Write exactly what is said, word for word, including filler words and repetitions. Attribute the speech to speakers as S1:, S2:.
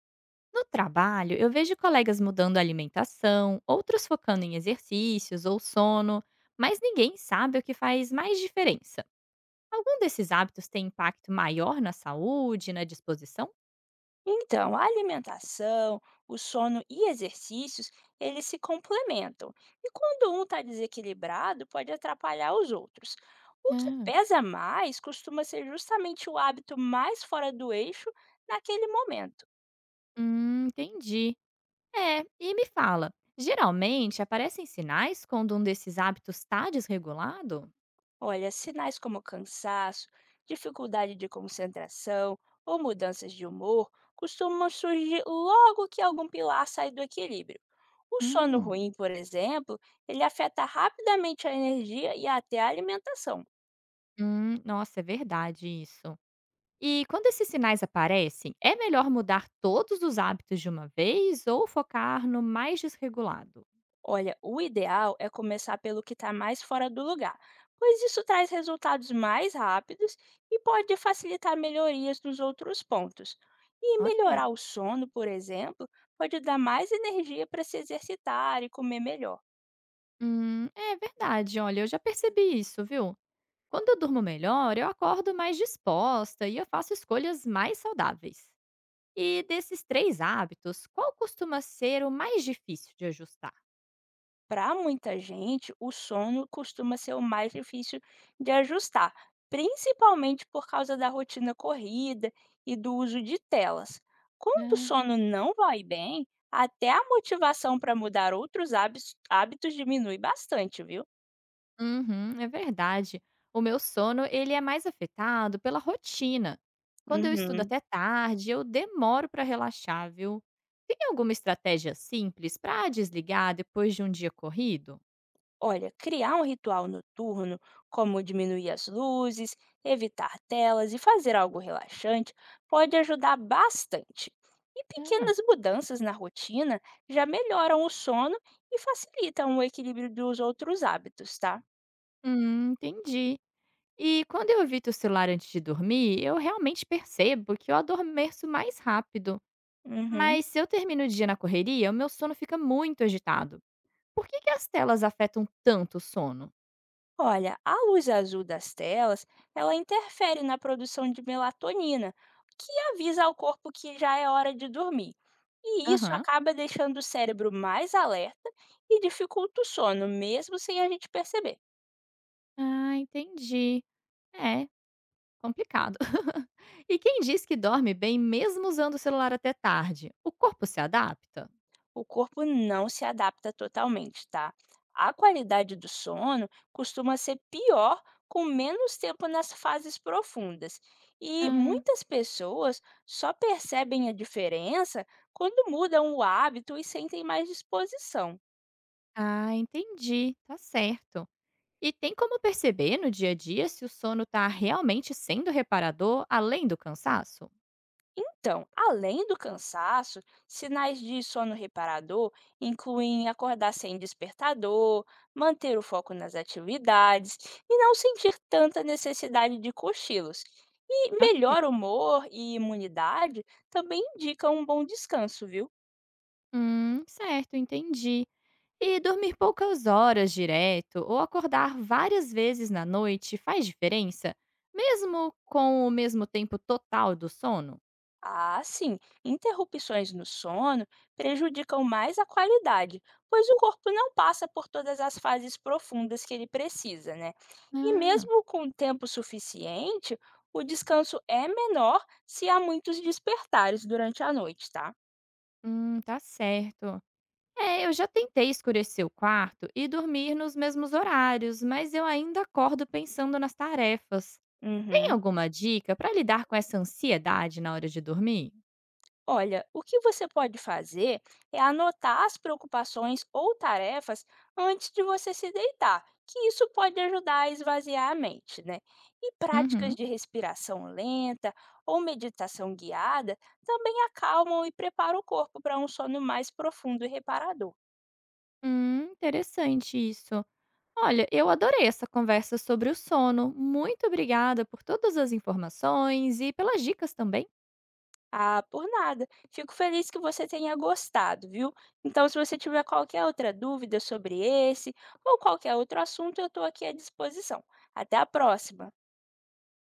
S1: No trabalho, eu vejo colegas mudando a alimentação, outros focando em exercícios ou sono, mas ninguém sabe o que faz mais diferença. Algum desses hábitos tem impacto maior na saúde, na disposição?
S2: Então, a alimentação, o sono e exercícios, eles se complementam. E quando um está desequilibrado, pode atrapalhar os outros. O que
S1: Ah,
S2: pesa mais costuma ser justamente o hábito mais fora do eixo naquele momento.
S1: hum, entendi. É, e me fala, geralmente aparecem sinais quando um desses hábitos está desregulado?
S2: Olha, sinais como cansaço, dificuldade de concentração ou mudanças de humor costumam surgir logo que algum pilar sai do equilíbrio. O sono
S1: hum,
S2: ruim, por exemplo, ele afeta rapidamente a energia e até a alimentação.
S1: Hum, nossa, é verdade isso. E quando esses sinais aparecem, é melhor mudar todos os hábitos de uma vez ou focar no mais desregulado?
S2: Olha, o ideal é começar pelo que está mais fora do lugar, pois isso traz resultados mais rápidos e pode facilitar melhorias nos outros pontos. E melhorar
S1: Ok.
S2: o sono, por exemplo, pode dar mais energia para se exercitar e comer melhor.
S1: Hum, é verdade, olha, eu já percebi isso, viu? Quando eu durmo melhor, eu acordo mais disposta e eu faço escolhas mais saudáveis. E desses três hábitos, qual costuma ser o mais difícil de ajustar?
S2: Para muita gente, o sono costuma ser o mais difícil de ajustar, principalmente por causa da rotina corrida e do uso de telas. Quando o sono não vai bem, até a motivação para mudar outros hábis- hábitos diminui bastante, viu?
S1: Uhum, é verdade. O meu sono, ele é mais afetado pela rotina. Quando eu estudo
S2: Uhum.
S1: até tarde, eu demoro para relaxar, viu? Tem alguma estratégia simples para desligar depois de um dia corrido?
S2: Olha, criar um ritual noturno, como diminuir as luzes, evitar telas e fazer algo relaxante, pode ajudar bastante. E
S1: Ah,
S2: pequenas mudanças na rotina já melhoram o sono e facilitam o equilíbrio dos outros hábitos, tá?
S1: hum, entendi. E quando eu evito o celular antes de dormir, eu realmente percebo que eu adormeço mais rápido.
S2: Uhum.
S1: Mas se eu termino o dia na correria, o meu sono fica muito agitado. Por que, que as telas afetam tanto o sono?
S2: Olha, a luz azul das telas, ela interfere na produção de melatonina, que avisa ao corpo que já é hora de dormir. E isso
S1: Aham.
S2: acaba deixando o cérebro mais alerta e dificulta o sono, mesmo sem a gente perceber.
S1: Ah, entendi. É, complicado. E quem diz que dorme bem mesmo usando o celular até tarde, o corpo se adapta?
S2: O corpo não se adapta totalmente, tá? A qualidade do sono costuma ser pior com menos tempo nas fases profundas. E
S1: Ah,
S2: muitas pessoas só percebem a diferença quando mudam o hábito e sentem mais disposição.
S1: ah, entendi, tá certo. E tem como perceber no dia a dia se o sono tá realmente sendo reparador além do cansaço?
S2: Então, além do cansaço, sinais de sono reparador incluem acordar sem despertador, manter o foco nas atividades e não sentir tanta necessidade de cochilos. E
S1: Ok.
S2: melhor humor e imunidade também indicam um bom descanso, viu?
S1: Hum, certo, entendi. E dormir poucas horas direto ou acordar várias vezes na noite faz diferença, mesmo com o mesmo tempo total do sono?
S2: Ah, sim. Interrupções no sono prejudicam mais a qualidade, pois o corpo não passa por todas as fases profundas que ele precisa, né? E
S1: Ah.
S2: mesmo com tempo suficiente, o descanso é menor se há muitos despertares durante a noite, tá?
S1: Hum, tá certo. É, eu já tentei escurecer o quarto e dormir nos mesmos horários, mas eu ainda acordo pensando nas tarefas. Tem
S2: Uhum.
S1: alguma dica para lidar com essa ansiedade na hora de dormir?
S2: Olha, o que você pode fazer é anotar as preocupações ou tarefas antes de você se deitar, que isso pode ajudar a esvaziar a mente, né? E práticas
S1: Uhum.
S2: de respiração lenta ou meditação guiada também acalmam e preparam o corpo para um sono mais profundo e reparador.
S1: Hum, interessante isso. Olha, eu adorei essa conversa sobre o sono. Muito obrigada por todas as informações e pelas dicas também.
S2: Ah, por nada. Fico feliz que você tenha gostado, viu? Então, se você tiver qualquer outra dúvida sobre esse ou qualquer outro assunto, eu estou aqui à disposição. Até a próxima!